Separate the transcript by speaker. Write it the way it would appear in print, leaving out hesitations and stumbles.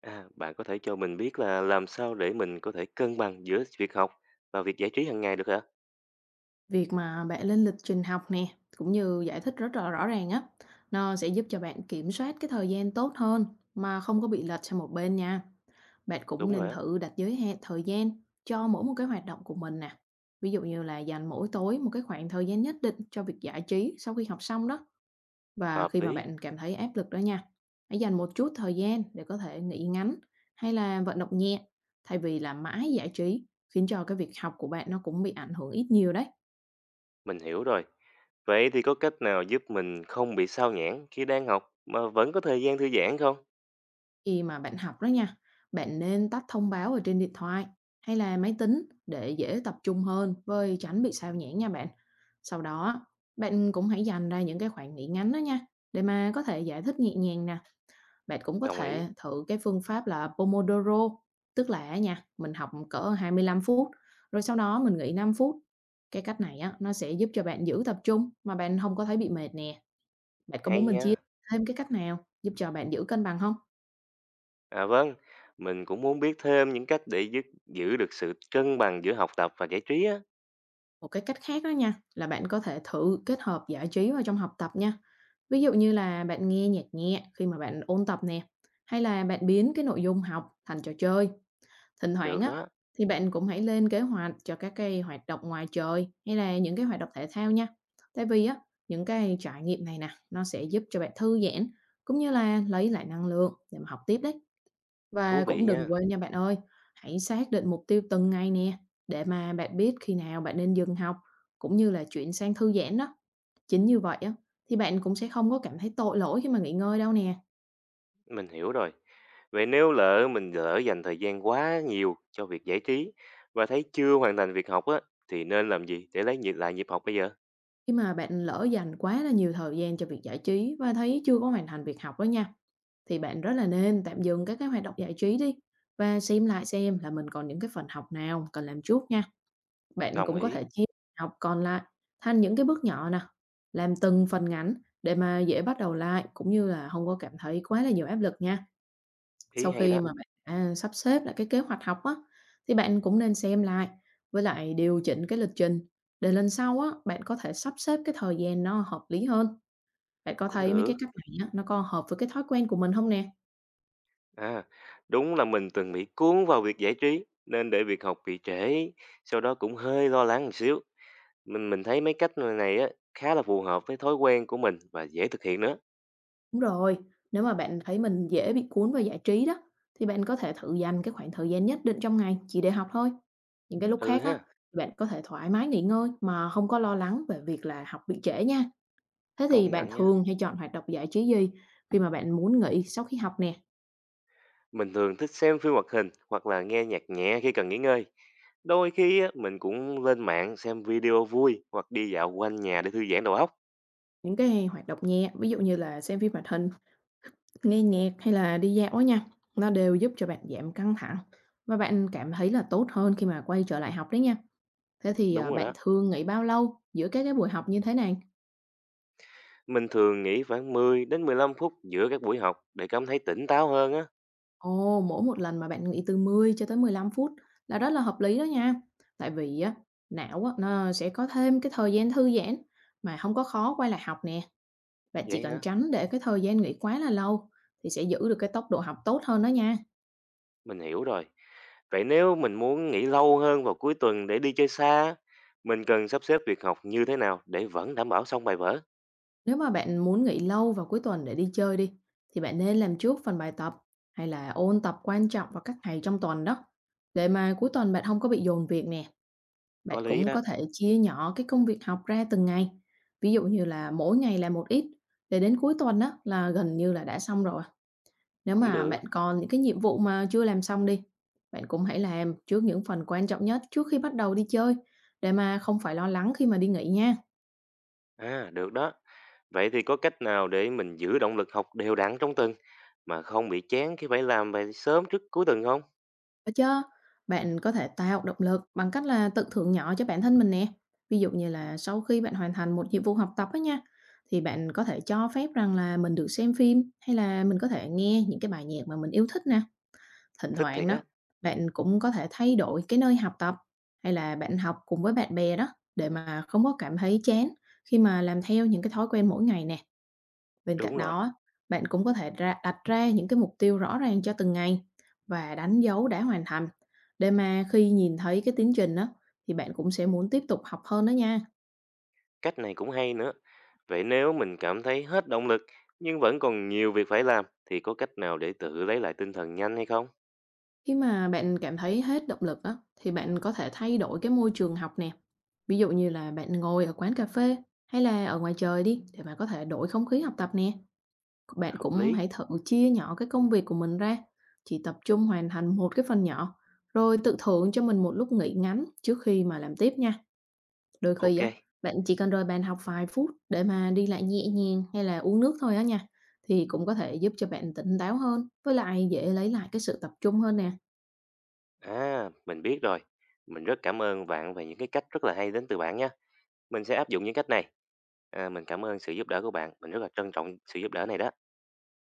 Speaker 1: À, bạn có thể cho mình biết là làm sao để mình có thể cân bằng giữa việc học và việc giải trí hàng ngày được hả?
Speaker 2: Việc mà bạn lên lịch trình học nè, cũng như giải thích rất là rõ ràng á, nó sẽ giúp cho bạn kiểm soát cái thời gian tốt hơn mà không có bị lệch sang một bên nha. Bạn cũng
Speaker 1: Đúng rồi
Speaker 2: nên
Speaker 1: á,
Speaker 2: thử đặt giới hạn thời gian cho mỗi một cái hoạt động của mình nè. Ví dụ như là dành mỗi tối một cái khoảng thời gian nhất định cho việc giải trí sau khi học xong đó. Và
Speaker 1: hợp
Speaker 2: khi mà
Speaker 1: lý,
Speaker 2: bạn cảm thấy áp lực đó nha, hãy dành một chút thời gian để có thể nghỉ ngắn hay là vận động nhẹ thay vì là mãi giải trí khiến cho cái việc học của bạn nó cũng bị ảnh hưởng ít nhiều đấy.
Speaker 1: mình hiểu rồi. Vậy thì có cách nào giúp mình không bị sao nhãng khi đang học mà vẫn có thời gian thư giãn không?
Speaker 2: Khi mà bạn học đó nha, bạn nên tắt thông báo ở trên điện thoại hay là máy tính để dễ tập trung hơn với tránh bị sao nhãng nha bạn. Sau đó, bạn cũng hãy dành ra những cái khoảng nghỉ ngắn đó nha, để mà có thể giải thích nhẹ nhàng nè. Bạn cũng có
Speaker 1: Đồng ý,
Speaker 2: thể thử cái phương pháp là Pomodoro, tức là á nha, mình học cỡ 25 phút, rồi sau đó mình nghỉ 5 phút. Cái cách này á, nó sẽ giúp cho bạn giữ tập trung mà bạn không có thấy bị mệt nè. Bạn có
Speaker 1: hay
Speaker 2: muốn mình chia
Speaker 1: nha.
Speaker 2: thêm cái cách nào giúp cho bạn giữ cân bằng không?
Speaker 1: À vâng, mình cũng muốn biết thêm những cách để giữ được sự cân bằng giữa học tập và giải trí á.
Speaker 2: Một cái cách khác đó nha, là bạn có thể thử kết hợp giải trí vào trong học tập nha. Ví dụ như là bạn nghe nhạc nhẹ khi mà bạn ôn tập nè, hay là bạn biến cái nội dung học thành trò chơi. Thỉnh thoảng
Speaker 1: Được
Speaker 2: á,
Speaker 1: đó,
Speaker 2: thì bạn cũng hãy lên kế hoạch cho các cái hoạt động ngoài trời hay là những cái hoạt động thể thao nha. Tại vì á, những cái trải nghiệm này nè, nó sẽ giúp cho bạn thư giãn cũng như là lấy lại năng lượng để mà học tiếp đấy.
Speaker 1: thú
Speaker 2: Và
Speaker 1: vị
Speaker 2: cũng đừng
Speaker 1: nha.
Speaker 2: quên nha bạn ơi, hãy xác định mục tiêu từng ngày nè, để mà bạn biết khi nào bạn nên dừng học, cũng như là chuyển sang thư giãn đó. Chính như vậy á, thì bạn cũng sẽ không có cảm thấy tội lỗi khi mà nghỉ ngơi đâu nè.
Speaker 1: Mình hiểu rồi. Vậy nếu lỡ mình dành thời gian quá nhiều cho việc giải trí và thấy chưa hoàn thành việc học á, thì nên làm gì để lấy lại nhịp học bây giờ?
Speaker 2: Khi mà bạn lỡ dành quá là nhiều thời gian cho việc giải trí và thấy chưa có hoàn thành việc học đó nha, thì bạn rất là nên tạm dừng các cái hoạt động giải trí đi và xem lại xem là mình còn những cái phần học nào cần làm trước nha. Bạn
Speaker 1: Đồng
Speaker 2: cũng có
Speaker 1: ý,
Speaker 2: thể chia học còn lại thành những cái bước nhỏ nè, làm từng phần ngắn để mà dễ bắt đầu lại cũng như là không có cảm thấy quá là nhiều áp lực nha.
Speaker 1: ý
Speaker 2: Sau
Speaker 1: hay
Speaker 2: khi
Speaker 1: đó,
Speaker 2: mà bạn đã sắp xếp lại cái kế hoạch học á, thì bạn cũng nên xem lại với lại điều chỉnh cái lịch trình để lần sau á, bạn có thể sắp xếp cái thời gian nó hợp lý hơn. Bạn có
Speaker 1: cũng
Speaker 2: thấy mấy cái
Speaker 1: được.
Speaker 2: cách này á, nó có hợp với cái thói quen của mình không nè?
Speaker 1: À, đúng là mình từng bị cuốn vào việc giải trí nên để việc học bị trễ, sau đó cũng hơi lo lắng một xíu. Mình thấy mấy cách này á khá là phù hợp với thói quen của mình và dễ thực hiện nữa.
Speaker 2: Đúng rồi, nếu mà bạn thấy mình dễ bị cuốn vào giải trí đó, thì bạn có thể thử dành cái khoảng thời gian nhất định trong ngày chỉ để học thôi. Những cái lúc
Speaker 1: Ừ
Speaker 2: khác á,
Speaker 1: ha,
Speaker 2: bạn có thể thoải mái nghỉ ngơi mà không có lo lắng về việc là học bị trễ nha. Thế thì
Speaker 1: công
Speaker 2: bạn
Speaker 1: nhận nha.
Speaker 2: thường hay chọn hoạt động giải trí gì khi mà bạn muốn nghỉ sau khi học nè?
Speaker 1: Mình thường thích xem phim hoạt hình hoặc là nghe nhạc nhẹ khi cần nghỉ ngơi. Đôi khi á, mình cũng lên mạng xem video vui hoặc đi dạo quanh nhà để thư giãn đầu óc.
Speaker 2: Những cái hoạt động nhẹ, ví dụ như là xem phim hoạt hình, nghe nhạc hay là đi dạo á nha, nó đều giúp cho bạn giảm căng thẳng và bạn cảm thấy là tốt hơn khi mà quay trở lại học đấy nha. Thế thì
Speaker 1: Đúng
Speaker 2: à,
Speaker 1: rồi
Speaker 2: bạn
Speaker 1: đó.
Speaker 2: thường nghỉ bao lâu giữa các cái buổi học như thế này?
Speaker 1: Mình thường nghỉ khoảng 10 đến 15 phút giữa các buổi học để cảm thấy tỉnh táo hơn á.
Speaker 2: Ồ, mỗi một lần mà bạn nghỉ từ 10 cho tới 15 phút là rất là hợp lý đó nha. Tại vì á, não á, nó sẽ có thêm cái thời gian thư giãn mà không có khó quay lại học nè. Bạn chỉ
Speaker 1: Vậy
Speaker 2: cần
Speaker 1: hả?
Speaker 2: tránh để cái thời gian nghỉ quá là lâu thì sẽ giữ được cái tốc độ học tốt hơn đó nha.
Speaker 1: Mình hiểu rồi. Vậy nếu mình muốn nghỉ lâu hơn vào cuối tuần để đi chơi xa, mình cần sắp xếp việc học như thế nào để vẫn đảm bảo xong bài vở?
Speaker 2: Nếu mà bạn muốn nghỉ lâu vào cuối tuần để đi chơi đi, thì bạn nên làm trước phần bài tập hay là ôn tập quan trọng vào các ngày trong tuần đó, để mà cuối tuần bạn không có bị dồn việc nè. Bạn
Speaker 1: Có lý
Speaker 2: cũng
Speaker 1: đó,
Speaker 2: có thể chia nhỏ cái công việc học ra từng ngày. Ví dụ như là mỗi ngày làm một ít, để đến cuối tuần đó là gần như là đã xong rồi. Nếu
Speaker 1: cũng
Speaker 2: mà
Speaker 1: được.
Speaker 2: bạn còn những cái nhiệm vụ mà chưa làm xong đi, bạn cũng hãy làm trước những phần quan trọng nhất trước khi bắt đầu đi chơi để mà không phải lo lắng khi mà đi nghỉ nha.
Speaker 1: À, được đó. Vậy thì có cách nào để mình giữ động lực học đều đặn trong tuần? Mà không bị chán khi phải làm bài sớm trước cuối tuần không?
Speaker 2: Có chứ, bạn có thể tạo động lực bằng cách là tự thưởng nhỏ cho bản thân mình nè. Ví dụ như là sau khi bạn hoàn thành một nhiệm vụ học tập á nha, thì bạn có thể cho phép rằng là mình được xem phim hay là mình có thể nghe những cái bài nhạc mà mình yêu thích nè. Thỉnh
Speaker 1: Thích
Speaker 2: thoảng
Speaker 1: thiệt
Speaker 2: đó,
Speaker 1: á.
Speaker 2: bạn cũng có thể thay đổi cái nơi học tập hay là bạn học cùng với bạn bè đó để mà không có cảm thấy chán khi mà làm theo những cái thói quen mỗi ngày nè. Bên cạnh
Speaker 1: Đúng rồi,
Speaker 2: đó, bạn cũng có thể ra đặt ra những cái mục tiêu rõ ràng cho từng ngày và đánh dấu đã hoàn thành để mà khi nhìn thấy cái tiến trình đó thì bạn cũng sẽ muốn tiếp tục học hơn đó nha.
Speaker 1: cách này cũng hay nữa. Vậy nếu mình cảm thấy hết động lực nhưng vẫn còn nhiều việc phải làm thì có cách nào để tự lấy lại tinh thần nhanh hay không?
Speaker 2: Khi mà bạn cảm thấy hết động lực á thì bạn có thể thay đổi cái môi trường học nè. Ví dụ như là bạn ngồi ở quán cà phê hay là ở ngoài trời đi để mà có thể đổi không khí học tập nè. Bạn
Speaker 1: Hợp
Speaker 2: cũng
Speaker 1: lý.
Speaker 2: hãy thử chia nhỏ cái công việc của mình ra, chỉ tập trung hoàn thành một cái phần nhỏ rồi tự thưởng cho mình một lúc nghỉ ngắn trước khi mà làm tiếp nha. Đôi khi
Speaker 1: Ok.
Speaker 2: á, bạn chỉ cần rời bàn học vài phút để mà đi lại nhẹ nhàng hay là uống nước thôi á nha, thì cũng có thể giúp cho bạn tỉnh táo hơn, với lại dễ lấy lại cái sự tập trung hơn nè.
Speaker 1: À, mình biết rồi. Mình rất cảm ơn bạn về những cái cách rất là hay đến từ bạn nha. Mình sẽ áp dụng những cách này. À, mình cảm ơn sự giúp đỡ của bạn. Mình rất là trân trọng sự giúp đỡ này đó.